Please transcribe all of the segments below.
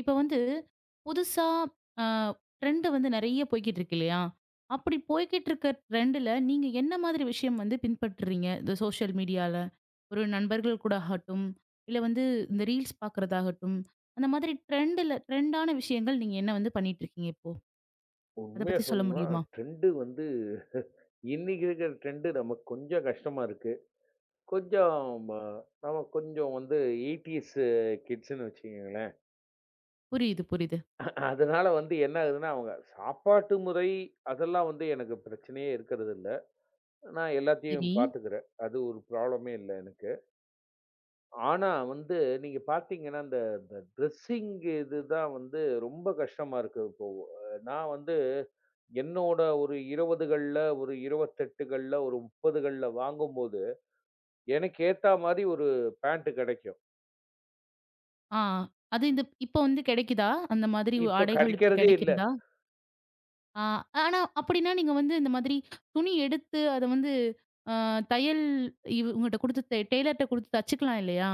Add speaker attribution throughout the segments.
Speaker 1: இப்ப புதுசா a trend நெறைய போய்க்கிட்டு இருக்கு இல்லையா? அப்படி போய்க்கிட்டு இருக்க ட்ரெண்டுல நீங்க என்ன மாதிரி விஷயம் பின்பற்றுறீங்க? இந்த சோஷியல் மீடியால. ஒரு நண்பர்கள் கூட ஆகட்டும், இல்ல இந்த ரீல்ஸ் பார்க்கறதாகட்டும். அந்த மாதிரி ட்ரெண்டுல ட்ரெண்டான விஷயங்கள் நீங்க என்ன பண்ணிட்டு இருக்கீங்க இப்போ? அத
Speaker 2: உண்மைய
Speaker 1: பத்தி சொல்ல
Speaker 2: சொல்லணும்னா,
Speaker 1: முடியுமா?
Speaker 2: ட்ரெண்டு வந்து இன்னைக்கு இருக்கிற ட்ரெண்டு நமக்கு கொஞ்சம் கஷ்டமா இருக்கு. கொஞ்சம் நம்ம கொஞ்சம் வந்து 80ஸ் கிட்ஸ்ன்னு வச்சுக்கங்களேன்.
Speaker 1: புரியுது, புரியுது.
Speaker 2: அதனால வந்து என்ன ஆகுதுன்னா, அவங்க சாப்பாட்டு முறை அதெல்லாம் வந்து எனக்கு பிரச்சனையே இருக்கிறது இல்ல. நான் எல்லாத்தையும்
Speaker 1: சரி.
Speaker 2: பார்த்துக்கிறேன். அது ஒரு ப்ராப்ளமே இல்ல எனக்கு. ஆனா வந்து நீங்க பார்த்தீங்கன்னா, இந்த இந்த ட்ரெஸ்ஸிங் இதுதான் வந்து ரொம்ப கஷ்டமா இருக்கு இப்போ. நான் வந்து என்னோட ஒரு 20கள்ல, ஒரு 28கள்ல, ஒரு 30கள்ல வாங்கும்போது, எனக்கு ஏத்தா மாரி ஒரு பேண்ட் கிடைக்கும்.
Speaker 1: ஆ. அது இந்த இப்ப கிடைக்குதா? அந்த மாதிரி
Speaker 2: இப்ப
Speaker 1: ஆடைகள் இப்ப
Speaker 2: கிடைக்கிறதே இல்ல.
Speaker 1: கிடைக்கிறதா? ஆ, ஆனா அப்படின்னா நீங்க இந்த மாதிரி துணி எடுத்து அத அ தையல் உங்கட்ட குடுத்து டெய்லர்ட்ட குடுத்து தச்சுக்கலாம் இல்லையா?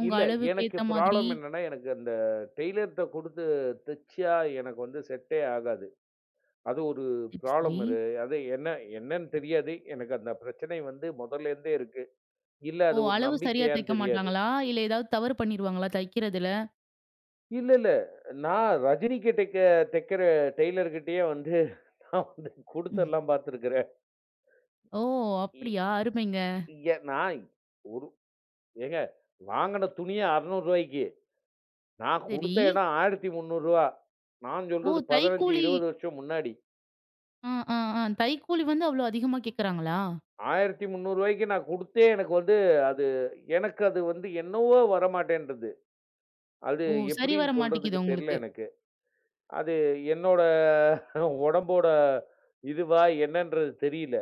Speaker 1: உங்க
Speaker 2: இல்ல
Speaker 1: அளவுக்கு
Speaker 2: எனக்கு
Speaker 1: ஏத்த மாதிரி.
Speaker 2: ப்ராப்ளம் என்னன்னா, எனக்கு அந்த டெய்லர்ட்ட குடுத்து தச்சா எனக்கு வந்து செட்டே ஆகாது. அது ஒரு
Speaker 1: சரி, சரி.
Speaker 2: ப்ராப்ளம் அது என்னன்னு தெரியாது. எனக்கு அந்த பிரச்சனை வந்து முதல்லேருந்தே இருக்கு. இல்ல
Speaker 1: ஓ!
Speaker 2: அது ஒரு
Speaker 1: அளவு சரியா
Speaker 2: நம்பிக்கையான்னு
Speaker 1: தைக்க
Speaker 2: தெரியாது.
Speaker 1: மாட்டாங்களா? இல்ல ஏதாவது தவறு பண்ணிருவாங்களா தைக்கிறதுல?
Speaker 2: இல்ல, இல்ல. நான் ரஜினிக்கு தைக்கிற டெய்லர் கிட்டயே வந்து நான் வந்து
Speaker 1: ம்.
Speaker 2: குடுத்தெல்லாம் பார்த்துருக்கிறேன்.
Speaker 1: ஓ!
Speaker 2: இ
Speaker 1: அப்படியா? அருமைங்க.
Speaker 2: இங்க நான் ஒரு ஏங்க வாங்கின துணியே ரூ. 600 நான்
Speaker 1: சரி.
Speaker 2: குடுத்த இடம் ரூ. 1300 நான்
Speaker 1: ஓ!
Speaker 2: சொல்றது 15,
Speaker 1: தைக்கூலி
Speaker 2: 20 வருஷம் முன்னாடி.
Speaker 1: ஆ, ஆ, ஆ. தைக்கூலி அவ்ளோ அதிகமா கேட்கறாங்களா?
Speaker 2: ரூ. 1300 நான் குடுத்தே எனக்கு வந்து அது எனக்கு அது வந்து என்னவோ வரமாட்டேன்றது. அது
Speaker 1: ஓ! சரி
Speaker 2: எப்படின்னு
Speaker 1: வர
Speaker 2: சொல்றதுக்கு
Speaker 1: மாட்டேங்குது
Speaker 2: தெரியல
Speaker 1: உங்களுக்கு.
Speaker 2: எனக்கு. அது என்னோட உடம்போட இதுவா என்னன்றது தெரியல.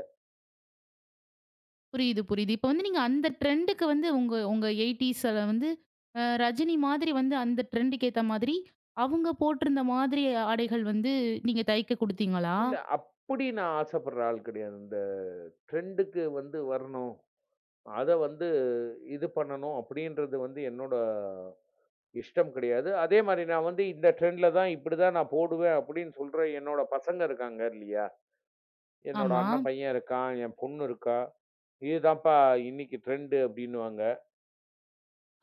Speaker 1: புரியுது, புரியுது. இப்ப நீங்க அந்த ட்ரெண்டுக்கு உங்க உங்க 80ஸ்ல ரஜினி மாதிரி அந்த ட்ரெண்டுக்கு ஏத்த மாதிரி, அவங்க போட்டிருந்த மாதிரி ஆடைகள் நீங்க தைக்க குடுத்தீங்களா?
Speaker 2: இல்ல அப்படி நான் ஆசைப்படுற ஆள் கிடையாது. இந்த ட்ரெண்டுக்கு வந்து வரணும். அத வந்து இது பண்ணணும் அப்படின்றது வந்து என்னோட இஷ்டம் கிடையாது. அதே மாரி நான் வந்து இந்த ட்ரெண்ட்ல தான் இப்படிதான் நான் போடுவேன் அப்படின்னு சொல்ற என்னோட பசங்க இருக்காங்க இல்லையா? என்னோட
Speaker 1: ஆமா.
Speaker 2: அண்ணன் பையன் இருக்கான், என் பொண்ணு இருக்கா. இதுதான்ப்பா இன்னைக்கு ட்ரெண்டு அப்படின்னுவாங்க.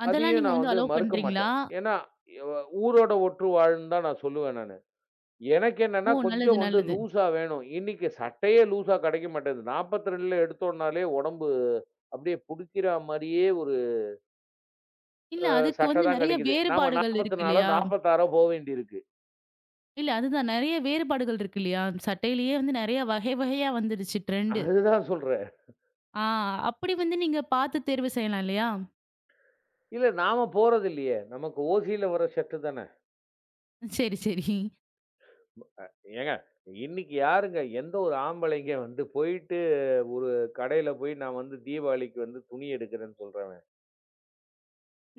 Speaker 1: அதெல்லாம்
Speaker 2: அதையும்
Speaker 1: நீங்க
Speaker 2: நான் வந்து
Speaker 1: அலோவ்
Speaker 2: மறுக்க
Speaker 1: பண்றீங்களா?
Speaker 2: மாட்டேன். ஏன்னா, எ ஊரோட ஒற்று வாழ்ன்னு தான் நான் சொல்லுவேன் நானு. எனக்கு
Speaker 1: ஓ!
Speaker 2: என்னன்னா
Speaker 1: நல்லது,
Speaker 2: கொஞ்சம் வந்து
Speaker 1: நல்லது.
Speaker 2: லூஸா வேணும். இன்னைக்கு சட்டையே லூஸா கிடைக்க மாட்டேங்குது. 42ல எடுத்தோம்னாலே உடம்பு அப்படியே புடிக்கிற மாரியே ஒரு
Speaker 1: இல்ல அதுக்கு
Speaker 2: சட்டை தான்
Speaker 1: நெறைய
Speaker 2: கிடைக்குது. நாம
Speaker 1: வேறுபாடுகள் இருக்கு
Speaker 2: 44ஓ,
Speaker 1: இல்லையா?
Speaker 2: 46ஓ போ வேண்டியிருக்கு.
Speaker 1: இல்ல அதுதான் நெறைய வேறுபாடுகள் இருக்கு இல்லையா? சட்டையிலேயே நெறைய வகை வகையா வந்துருச்சு ட்ரெண்டு.
Speaker 2: அதுதான் சொல்றேன்.
Speaker 1: ஆ அப்படி நீங்க பார்த்து தேர்வு செய்யலாம் இல்லையா?
Speaker 2: இல்ல நாம போறது இல்லையே. நமக்கு ஓசியில வர ஷர்ட் தானே.
Speaker 1: சரி, சரி.
Speaker 2: ஏங்க இன்னைக்கு யாருங்க எந்த ஒரு ஆம்பளைங்க வந்து போயிட்டு ஒரு கடையில போய் நான் வந்து தீபாவளிக்கு வந்து துணி எடுக்கிறேன்னு சொல்றவன்.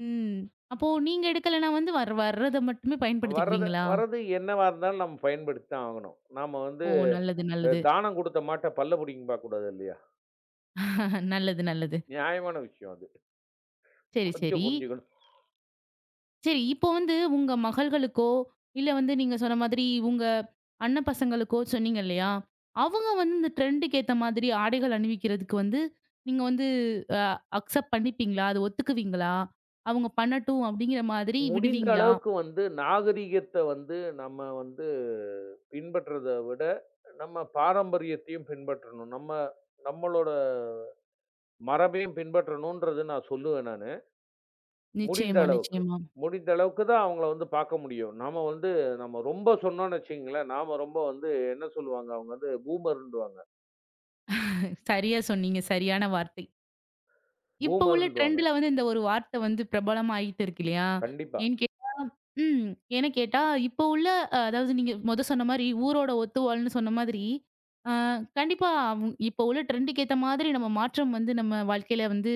Speaker 1: ம். அப்போ நீங்க எடுக்கலன்னா வர்றத மட்டுமே
Speaker 2: வர்றத
Speaker 1: பயன்படுத்திக்குவீங்களா?
Speaker 2: வர்றது என்னவா இருந்தாலும் நம்ம பயன்படுத்தி தான் ஆகணும். நாம வந்து
Speaker 1: ஓ! நல்லது, நல்லது.
Speaker 2: தானம் குடுத்த மாட்ட பல்ல புடிங்கின்னு பார்க்கக்கூடாது இல்லையா?
Speaker 1: நல்லது, நல்லது.
Speaker 2: நியாயமான விஷயம் அது.
Speaker 1: சரி,
Speaker 2: கொஞ்சம்
Speaker 1: சரி.
Speaker 2: புரிஞ்சுக்கணும்.
Speaker 1: சரி, இப்போ உங்க மகள்களுக்கோ, இல்ல நீங்க சொன்ன மாதிரி உங்க அண்ணன் பசங்களுக்கோ சொன்னீங்க இல்லையா? அவங்க இந்த ட்ரெண்டுக்கு ஏத்த மாதிரி ஆடைகள் அணிவிக்கிறதுக்கு நீங்க அ அக்செப்ட் பண்ணிப்பீங்களா? அது ஒத்துக்குவீங்களா? அவங்க பண்ணட்டும் அப்படிங்கிற மாதிரி
Speaker 2: முடிந்த
Speaker 1: விடுவீங்களா?
Speaker 2: அளவுக்கு வந்து நாகரீகத்த வந்து நம்ம வந்து பின்பற்றத விட, நம்ம பாரம்பரியத்தையும் பின்பற்றணும். நம்மளோட மரபையும் பின்பற்றணுன்றது நான் சொல்லுவேன் நானு. முடிந்த
Speaker 1: நிச்சயமா,
Speaker 2: அளவுக்கு.
Speaker 1: நிச்சயமா.
Speaker 2: முடிந்த அளவுக்கு தான் அவங்கள வந்து பார்க்க முடியும். நாம வந்து நம்ம ரொம்ப சொன்னோம்னு வச்சுக்கங்களேன், நாம ரொம்ப வந்து என்ன சொல்லுவாங்க, அவங்க வந்து பூமர்ன்டுவாங்க.
Speaker 1: சரியா சொன்னீங்க. சரியான வார்த்தை. இப்ப உள்ள
Speaker 2: பூமர்ன்டுவாங்க.
Speaker 1: ட்ரெண்ட்ல இந்த ஒரு வார்த்தை பிரபலமாயிட்டு இருக்கு இல்லையா?
Speaker 2: கண்டிப்பா.
Speaker 1: ஏன்னு கேட் ம். ஏன்னு கேட்டா, இப்போ உள்ள அதாவது நீங்க மொத சொன்ன மாரி ஊரோட ஒத்துவாழ்ன்னு சொன்ன மாதிரி, அ கண்டிப்பா அவ் இப்போ உள்ள ட்ரெண்டுக்கு ஏத்த மாதிரி நம்ம மாற்றம் நம்ம வாழ்க்கையில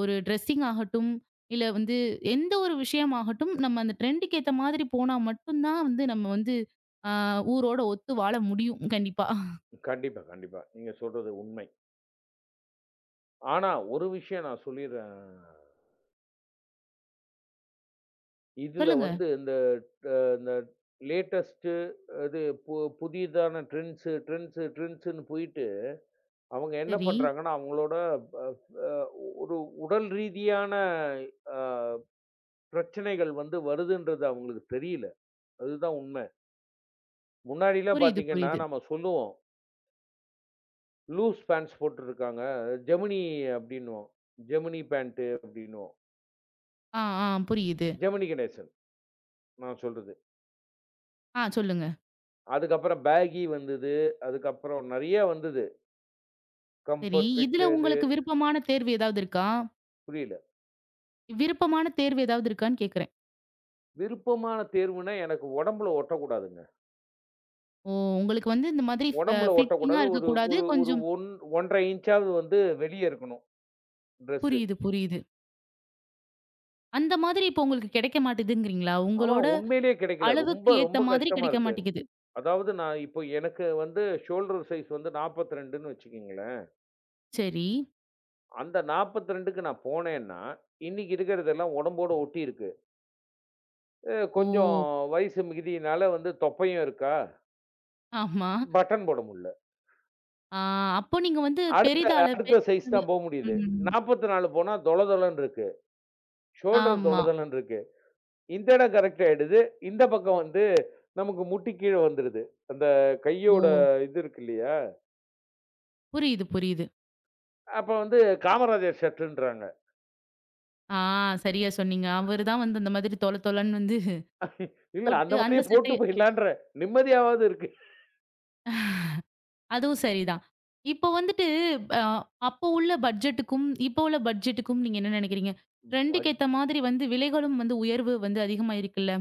Speaker 1: ஒரு ட்ரெஸ்ஸிங் ஆகட்டும், இல்ல எந்த ஒரு விஷயமாகட்டும், நம்ம அந்த ட்ரெண்டுக்கு ஏத்த மாதிரி போனா மட்டும் தான் நம்ம அ ஊரோட ஒத்து வாழ முடியும். கண்டிப்பா.
Speaker 2: கண்டிப்பா, கண்டிப்பா. நீங்க சொல்றது உண்மை. ஆனா, ஒரு விஷயம் நான் சொல்லிர்றேன். இதுல
Speaker 1: சொல்லுங்க.
Speaker 2: வந்து இந்த அந்த லேட்டஸ்ட்டு அது புதியதான ட்ரெண்ட்ஸு ட்ரெண்ட்ஸு ட்ரெண்ட்ஸுன்னு போயிட்டு, அவங்க என்ன
Speaker 1: சரி.
Speaker 2: பண்றாங்கன்னா, அவங்களோட ப அ ஒரு உடல் ரீதியான அ பிரச்சனைகள் வந்து வருதுன்றது அவங்களுக்கு தெரியல. அதுதான் உண்மை. முன்னாடிலாம்
Speaker 1: புரியுது,
Speaker 2: பார்த்தீங்கன்னா,
Speaker 1: புரியுது.
Speaker 2: நம்ம சொல்லுவோம். லூஸ் பேண்ட்ஸ் போட்டுருக்காங்க. ஜெமினி அப்படின்னுவோம். ஜெமினி பேண்ட்டு அப்படின்னுவோம்.
Speaker 1: ஆ, ஆ புரியுது.
Speaker 2: ஜெமினி கணேசன் நான் சொல்றது.
Speaker 1: ஆ சொல்லுங்க.
Speaker 2: அதுக்கப்புறம் பேகி வந்தது. அதுக்கப்புறம் நெறைய வந்தது.
Speaker 1: சரி.
Speaker 2: கம்ஃபர்ட்
Speaker 1: இதுல
Speaker 2: ஃபிட்டு இது
Speaker 1: உங்களுக்கு விருப்பமான தேர்வு ஏதாவது இருக்கா?
Speaker 2: புரியல.
Speaker 1: விருப்பமான தேர்வு ஏதாவது இருக்கான்னு கேட்கிறேன்.
Speaker 2: விருப்பமான தேர்வுனா, எனக்கு உடம்புல ஒட்டக்கூடாதுங்க.
Speaker 1: ஓ! உங்களுக்கு இந்த மாதிரி
Speaker 2: உடம்புல
Speaker 1: ஃபிட்டிங்கா
Speaker 2: ஒட்டக்கூடாது. ஒரு
Speaker 1: இருக்கக்கூடாது.
Speaker 2: ஒரு ஒரு
Speaker 1: கொஞ்சம்
Speaker 2: ஒன் 1 1/2 இன்ச்சாவது வந்து வெளிய இருக்கணும், ட்ரெஸ்ஸு.
Speaker 1: புரியுது, புரியுது. அந்த மாதிரி இப்போ உங்களுக்கு கிடைக்க மாட்டேதுங்கிறீங்களா?
Speaker 2: ஆமா,
Speaker 1: உங்களோட
Speaker 2: உண்மையிலேயே கிடைக்கல. ரொம்ப,
Speaker 1: அளவுக்கு ஏத்த
Speaker 2: ரொம்ப
Speaker 1: மாதிரி
Speaker 2: கஷ்டமா
Speaker 1: கிடைக்க
Speaker 2: இருக்கு.
Speaker 1: மாட்டேங்குது.
Speaker 2: அதாவது நான் இப்போ எனக்கு வந்து ஷோல்டர் சைஸ் வந்து 42ன்னு வச்சுக்கங்களேன்.
Speaker 1: சரி.
Speaker 2: அந்த 42க்கு நான் போனேன்னா, இன்னைக்கு இருக்கிறதெல்லாம் உடம்போட ஒட்டியிருக்கு. கொஞ்சம்
Speaker 1: ஓ!
Speaker 2: வயசு மிகுதியினால வந்து தொப்பையும் இருக்கா,
Speaker 1: ஆமா.
Speaker 2: பட்டன் போட முடில.
Speaker 1: ஆ அப்போ நீங்க
Speaker 2: அடுத்த
Speaker 1: பெரிதால
Speaker 2: அடுத்த
Speaker 1: பெரிய
Speaker 2: சைஸ் தான்
Speaker 1: அளவு-
Speaker 2: போ முடியுது.
Speaker 1: ம்.
Speaker 2: 44 போனா தொள தொளன்னு இருக்கு. ஷோல்டர் தொள
Speaker 1: ஆமா.
Speaker 2: தொளன்னு இருக்கு. இந்த இடம் கரெக்ட் ஆயிடுது. இந்த பக்கம் வந்து நமக்கு முட்டி கீழ வந்துருது. அந்த
Speaker 1: ஓ!
Speaker 2: கையோட இது இருக்கு இல்லையா?
Speaker 1: புரியுது, புரியுது.
Speaker 2: அப்ப வந்து காமராஜர் ஷர்ட்டுன்றாங்க.
Speaker 1: ஆ சரியா சொன்னீங்க. அவரு தான் அந்த மாதிரி தொல தொலன்னு
Speaker 2: இல்ல அந்த
Speaker 1: போட்டு அந்த
Speaker 2: மாரியே போட்டு
Speaker 1: சட்டைய
Speaker 2: போயிடலான்றேன். நிம்மதியாவது இருக்கு.
Speaker 1: அதுவும் சரிதான். இப்போ வந்துட்டு அ அப்போ உள்ள பட்ஜெட்டுக்கும், இப்போ உள்ள பட்ஜெட்டுக்கும் நீங்க என்ன நினைக்கிறீங்க? ட்ரெண்டுக்கு ஏத்த மாதிரி விலைகளும் உயர்வு அதிகமா இருக்குல்ல?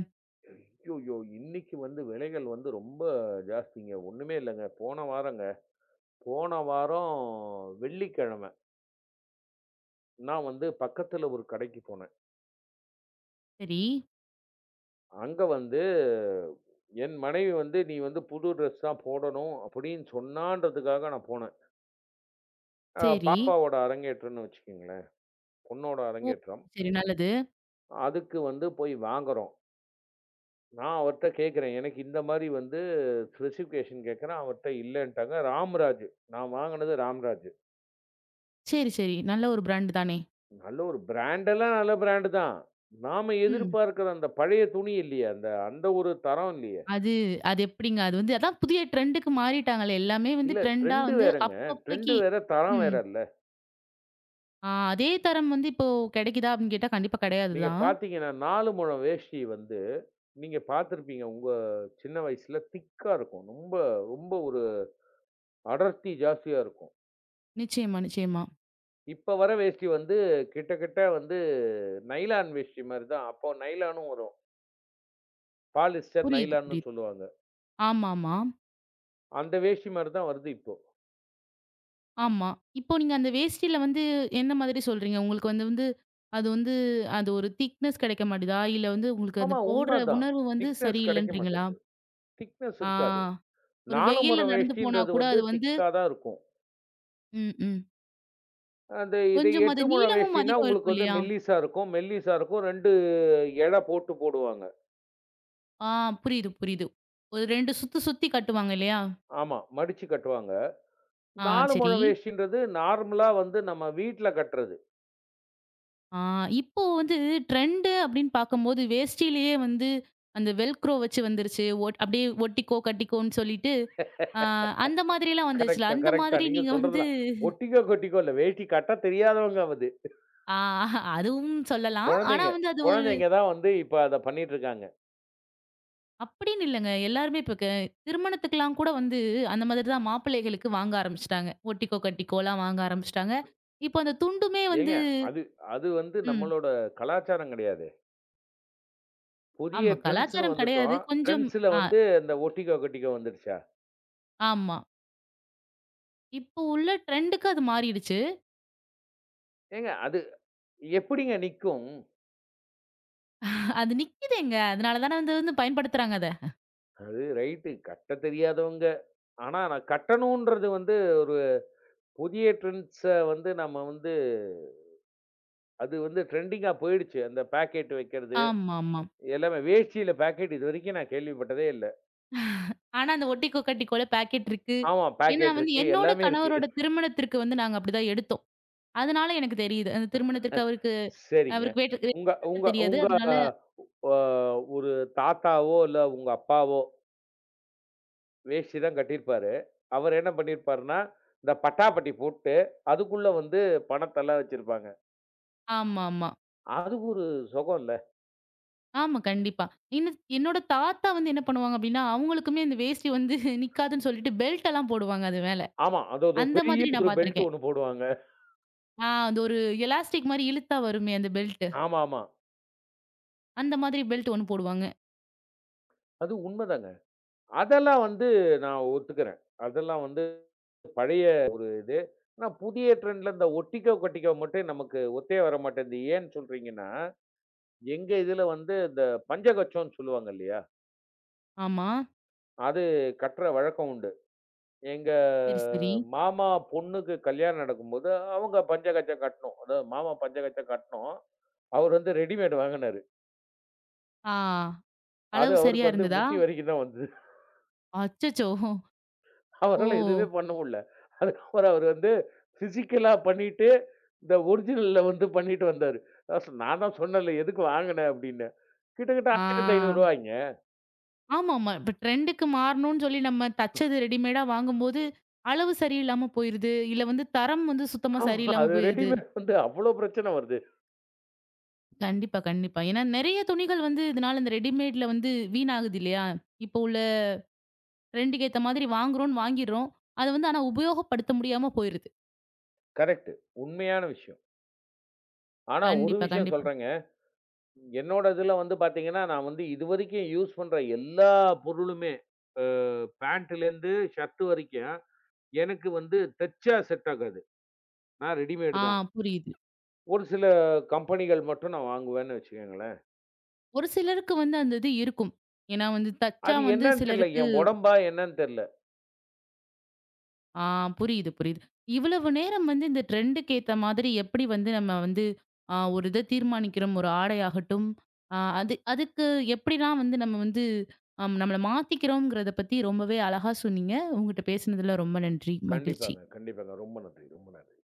Speaker 2: அய்யய்யோ! இன்னைக்கு வந்து விலைகள் வந்து ரொம்ப ஜாஸ்திங்க. ஒண்ணுமே இல்லங்க. போன வாரங்க, போன வாரம் வெள்ளிக்கிழமை நான் வந்து பக்கத்துல ஒரு கடைக்கு போனேன்.
Speaker 1: சரி,
Speaker 2: அங்க வந்து என் மனைவி வந்து, "நீ வந்து புது ட்ரெஸ் தான் போடணும்" அப்படின்னு சொன்னான்றதுக்காக நான் போனேன்.
Speaker 1: சரி.
Speaker 2: பாப்பாவோட அரங்கேற்றம்ன்னு வச்சுக்கங்களேன். பொண்ணோட
Speaker 1: ஓ!
Speaker 2: அரங்கேற்றம்.
Speaker 1: சரி நல்லது.
Speaker 2: அதுக்கு வந்து போய் வாங்குறோம். நான் அவர்ட்ட கேட்கிறேன். எனக்கு இந்த மாரி வந்து ஸ்பெசிஃபிகேஷன் கேட்கிறேன். அவர்ட்ட இல்லன்ட்டாங்க. ராம்ராஜ். நான் வாங்குனது ராம்ராஜ்.
Speaker 1: சரி, சரி. நல்ல ஒரு பிராண்ட் தானே!
Speaker 2: நல்ல ஒரு பிராண்டெல்லாம் நல்ல பிராண்டு தான். நாம
Speaker 1: ம்.
Speaker 2: எதிர்பார்க்கிற அந்த பழைய துணி இல்லையே. அந்த அந்த ஒரு தரம் இல்லையே.
Speaker 1: அது அது எப்படிங்க? அது அதான் புதிய ட்ரெண்டுக்கு மாறிட்டாங்களே! எல்லாமே
Speaker 2: இல்ல
Speaker 1: ட்ரெண்டா
Speaker 2: ட்ரெண்ட் வேறங்க. ட்ரெண்ட்
Speaker 1: அப்பப்பக்கி
Speaker 2: வேற, தரம் வேற
Speaker 1: ம்.
Speaker 2: இல்ல.
Speaker 1: ஆ அதே தரம் இப்போ கிடைக்குதா? அப்படின்னு கேட்டா கண்டிப்பா கிடையாது
Speaker 2: நீங்க
Speaker 1: தான்.
Speaker 2: பார்த்தீங்கன்னா, 4 முழம் வேஷ்டி வந்து நீங்க பார்த்திருப்பீங்க உங்க சின்ன வயசுல. திக்கா இருக்கும். ரொம்ப ரொம்ப ஒரு அடர்த்தி ஜாஸ்தியா இருக்கும்.
Speaker 1: நிச்சயமா, நிச்சயமா.
Speaker 2: இப்ப வர வேஷ்டி வந்து கிட்டத்தட்ட வந்து நைலான் வேஷ்டி மாரி தான். அப்போ நைலானும் வரும். பாலிஸ்டர்,
Speaker 1: புரியுது,
Speaker 2: நைலான்னு
Speaker 1: புரியுது.
Speaker 2: சொல்லுவாங்க.
Speaker 1: ஆமாமா.
Speaker 2: அந்த வேஷ்டி மாரி தான் வருது இப்போ.
Speaker 1: ஆமா. இப்போ நீங்க அந்த வேஷ்டில எந்த மாதிரி சொல்றீங்க? உங்களுக்கு வந்து வந்து அது அது ஒரு திக்னஸ் கிடைக்க மாட்டுதா? இல்ல உங்களுக்கு அந்த
Speaker 2: ஆமா
Speaker 1: போடுற
Speaker 2: உண்மதான்.
Speaker 1: உணர்வு
Speaker 2: திக்னஸ் கிடைக்க
Speaker 1: சரியில்லன்றீங்களா?
Speaker 2: மாட்டேன்து. திக்னஸ்
Speaker 1: ஆ
Speaker 2: இருக்காது.
Speaker 1: ஒரு
Speaker 2: 4
Speaker 1: வெயில்ல
Speaker 2: முழம்
Speaker 1: நடந்து போனா
Speaker 2: வேஷ்டின்றது
Speaker 1: கூட
Speaker 2: வந்து
Speaker 1: அது
Speaker 2: திக்கா தான் இருக்கும்.
Speaker 1: ம், ம்.
Speaker 2: அந்த இது
Speaker 1: கொஞ்சம் அது
Speaker 2: 8 முழம்
Speaker 1: நீளமும்
Speaker 2: வேஷ்டின்னா
Speaker 1: அதிகம் இருக்கும்
Speaker 2: உங்களுக்கு வந்து
Speaker 1: இல்லையா?
Speaker 2: மெல்லிசா இருக்கும். மெல்லிசா இருக்கும். 2 எழ போட்டு போடுவாங்க.
Speaker 1: ஆ புரியுது, புரியுது. ஒரு 2 சுத்து சுத்தி கட்டுவாங்க இல்லையா?
Speaker 2: ஆமா மடிச்சு கட்டுவாங்க.
Speaker 1: ஆ
Speaker 2: 4
Speaker 1: சரி.
Speaker 2: முழம் வேஷ்டின்றது நார்மலா வந்து நம்ம வீட்ல கட்டுறது.
Speaker 1: ஆ இப்போ ட்ரெண்டு அப்படின்னு பார்க்கும்போது வேஷ்டியிலேயே அந்த வெல்க்ரோ வச்சு வந்துருச்சு. அப்படியே ஒட்டிக்கோ, கட்டிக்கோன்னு சொல்லிட்டு ஆ அந்த மாதிரிலாம் வந்துச்சுல்ல.
Speaker 2: கரெக்ட்‌டா,
Speaker 1: அந்த
Speaker 2: கரெக்ட்‌டா.
Speaker 1: மாதிரி
Speaker 2: நீங்க
Speaker 1: நீங்க
Speaker 2: சொல்றதெல்லாம் ஒட்டிக்கோ, கொட்டிக்கோ இல்ல. வேட்டி கட்ட தெரியாதவங்க அது.
Speaker 1: ஆ அதுவும் சொல்லலாம். ஆனா
Speaker 2: குழந்தைங்க.
Speaker 1: அது ஒரு
Speaker 2: குழந்தைங்க தான் வந்து இப்ப அத பண்ணிட்டுருக்காங்க.
Speaker 1: அப்படின்னு இல்லங்க. எல்லாருமே இப்ப திருமணத்துக்குலாம் கூட அந்த மாதிரி தான் மாப்பிள்ளைகளுக்கு வாங்க ஆரம்பிச்சுட்டாங்க. ஒட்டிக்கோ, கட்டிக்கோலாம் வாங்க ஆரம்பிச்சுட்டாங்க. இப்போ அந்த துண்டுமே
Speaker 2: ஏங்க, அது அது வந்து
Speaker 1: ம்.
Speaker 2: நம்மளோட கலாச்சாரம் கிடையாதே! புதிய
Speaker 1: ஆமா.
Speaker 2: ட்ரெண்ட்ஸ்ன்னு
Speaker 1: கலாச்சாரம் கிடையாது.
Speaker 2: வந்துட்டோம்.
Speaker 1: கொஞ்சம்
Speaker 2: ட்ரெண்ட்ஸ்ல
Speaker 1: ஆ
Speaker 2: வந்து இந்த ஒட்டிக்கோ, கொட்டிக்கோ வந்துடுச்சா?
Speaker 1: ஆமா. இப்போ உள்ள ட்ரெண்டுக்கு அது மாறிடுச்சு.
Speaker 2: ஏங்க, அது எப்படிங்க நிக்கும்?
Speaker 1: அது நிக்குதேங்க. அதனால தானே வந்து வந்து பயன்படுத்துறாங்க அத.
Speaker 2: அது ரைட்டு கட்ட தெரியாதவங்க. ஆனா, நான் கட்டணுன்றது வந்து ஒரு புதிய ட்ரெண்ட்ஸ வந்து நம்ம வந்து அது வந்து ட்ரெண்டிங்கா போயிடுச்சு. அந்த பாக்கெட் வைக்கிறது
Speaker 1: ஆமாமா.
Speaker 2: எல்லாமே. வேஷ்டியில பாக்கெட் இதுவரைக்கும் நான் கேள்விப்பட்டதே இல்ல.
Speaker 1: ஆனா, அந்த ஒட்டிக்கோ கட்டிக்கோல பாக்கெட் இருக்கு.
Speaker 2: ஆமா.
Speaker 1: ஏன்னா
Speaker 2: பாக்கெட் இருக்கு.
Speaker 1: என்னோட
Speaker 2: எல்லாமே இருக்கு.
Speaker 1: கணவரோட திருமணத்திற்கு நாங்க அப்படிதான் எடுத்தோம். அதனால எனக்கு தெரியுது. அந்த திருமணத்திற்கு அவருக்கு
Speaker 2: சரிங்க.
Speaker 1: அவருக்கு வேற்று வேட்டி
Speaker 2: உங்க
Speaker 1: கட்ட
Speaker 2: உங்க
Speaker 1: தெரியாது.
Speaker 2: உங்க
Speaker 1: அதனால
Speaker 2: அ ஒரு தாத்தாவோ, இல்ல உங்க அப்பாவோ வேஷ்டி தான் கட்டியிருப்பாரு. அவர் என்ன பண்ணியிருப்பாருன்னா, இந்த பட்டாப்பட்டி போட்டு, அதுக்குள்ள வந்து பணத்தெல்லாம் வச்சிருப்பாங்க.
Speaker 1: ஆமாமா.
Speaker 2: அது ஒரு சுகம் இல்ல.
Speaker 1: ஆமா, ஆமா கண்டிப்பா. இன்னும் என்னோட தாத்தா என்ன பண்ணுவாங்க அப்படின்னா, அவங்களுக்குமே இந்த வேஷ்டி நிக்காதுன்னு சொல்லிட்டு பெல்ட் எல்லாம் போடுவாங்க அது மேல.
Speaker 2: ஆமா. அது அது
Speaker 1: அந்த
Speaker 2: பெரிய
Speaker 1: மாதிரி நான்
Speaker 2: ஒரு பெல்ட்
Speaker 1: பார்த்துருக்கேன்.
Speaker 2: ஒண்ணு போடுவாங்க.
Speaker 1: ஆ அந்த ஒரு எலாஸ்டிக் மாரி இழுத்தா வருமே அந்த பெல்ட்.
Speaker 2: ஆமாமா.
Speaker 1: அந்த மாதிரி பெல்ட் ஒண்ணு போடுவாங்க.
Speaker 2: அது உண்மதாங்க. அதெல்லாம் வந்து நான் ஒத்துக்கிறேன். அதெல்லாம் வந்து பழைய ஒரு இது. ஆனா புதிய ட்ரெண்ட்ல இந்த ஒட்டிக்கோ, கட்டிக்கோ மட்டும் நமக்கு ஒத்தே வரமாட்டேன்து. ஏன்னு சொல்றீங்கன்னா எங்க இதுல வந்து இந்த பஞ்சகச்சம்ன்னு சொல்லுவாங்க இல்லையா?
Speaker 1: ஆமா.
Speaker 2: அது கட்டுற வழக்கம் உண்டு. எங்க
Speaker 1: சரி, சரி.
Speaker 2: மாமா பொண்ணுக்கு கல்யாணம் நடக்கும்போது, அவங்க பஞ்சகச்சம் கட்டணும். அதாவது மாமா பஞ்சகச்சம் கட்டணும். அவரு வந்து ரெடிமேட் வாங்குனாரு.
Speaker 1: ஆ
Speaker 2: அது
Speaker 1: அளவு சரியா
Speaker 2: அவருக்கு வந்து
Speaker 1: இருந்ததா?
Speaker 2: முட்டி வரைக்கும் தான் வந்தது.
Speaker 1: அச்சச்சோ! ஓ!
Speaker 2: அவரால எதுவுமே பண்ண முடியல. அதுக்கப்புறம் அவரு வந்து பிசிக்கலா பண்ணிட்டு, இந்த ஒரிஜினல்ல வந்து பண்ணிட்டு வந்தாரு. நான் தான் சொன்னேன்ல எதுக்கு வாங்குனேன் அப்படின்னு. கிட்டத்தட்ட
Speaker 1: ஆ.
Speaker 2: ரூ. 1500
Speaker 1: ஆமாமா. இப்ப ட்ரெண்டுக்கு மாறணும்னு சொல்லி நம்ம தச்சது ரெடிமேடா வாங்கும்போது, அளவு சரியில்லாம போயிருது. இல்ல தரம் சுத்தமா
Speaker 2: ஆமா.
Speaker 1: சரியில்லாம
Speaker 2: அது
Speaker 1: போயிருது.
Speaker 2: ரெடிமேட் வந்து அவ்ளோ பிரச்சனை வருது.
Speaker 1: கண்டிப்பா, கண்டிப்பா. ஏன்னா நெறைய துணிகள் இதனால இந்த ரெடிமேட்ல வீணாகுது இல்லையா? இப்போ உள்ள ட்ரெண்டுக்கு ஏத்த மாதிரி வாங்குறோம்னு வாங்கிர்றோம். அத ஆனா உபயோகப்படுத்த முடியாம போயிருது.
Speaker 2: கரெக்ட். உண்மையான விஷயம். ஆனா, ஒரு
Speaker 1: கண்டிப்பா,
Speaker 2: விஷயம்
Speaker 1: கண்டிப்பா.
Speaker 2: சொல்றேங்க. என்னோட இதுல வந்து பாத்தீங்கன்னா, நான் வந்து இதுவரைக்கும் யூஸ் பண்ற எல்லா பொருளுமே, அ பேண்ட்டுலேருந்து ஷர்ட் வரைக்கும், எனக்கு வந்து தச்சா செட் ஆகாது. நான் ரெடிமேடு
Speaker 1: ஆ
Speaker 2: தான்.
Speaker 1: புரியுது.
Speaker 2: ஒரு சில கம்பெனிகள் மட்டும் நான் வாங்குவேன்னு வச்சுக்கங்களேன்.
Speaker 1: ஒரு சிலருக்கு அந்த இது இருக்கும். ஏன்னா தச்சா
Speaker 2: அது என்னன்னு தெரியல.
Speaker 1: சிலருக்கு
Speaker 2: என் உடம்பா என்னன்னு தெரியல.
Speaker 1: ஆ புரியுது, புரியுது. இவ்வளவு நேரம் இந்த ட்ரெண்டுக்கு ஏத்த மாதிரி எப்படி நம்ம ஒரு இத தீர்மானிக்கிறோம், ஒரு ஆடையாகட்டும், அதுக்கு எப்படிலாம் நம்ம நம்மள மாத்திக்கிறோம்ங்கிறத பத்தி ரொம்பவே அழகா சொன்னீங்க. உங்ககிட்ட பேசினதுல ரொம்ப நன்றி. மகிழ்ச்சி.
Speaker 2: கண்டிப்பாங்க, கண்டிப்பாங்க. ரொம்ப நன்றி, ரொம்ப நன்றி.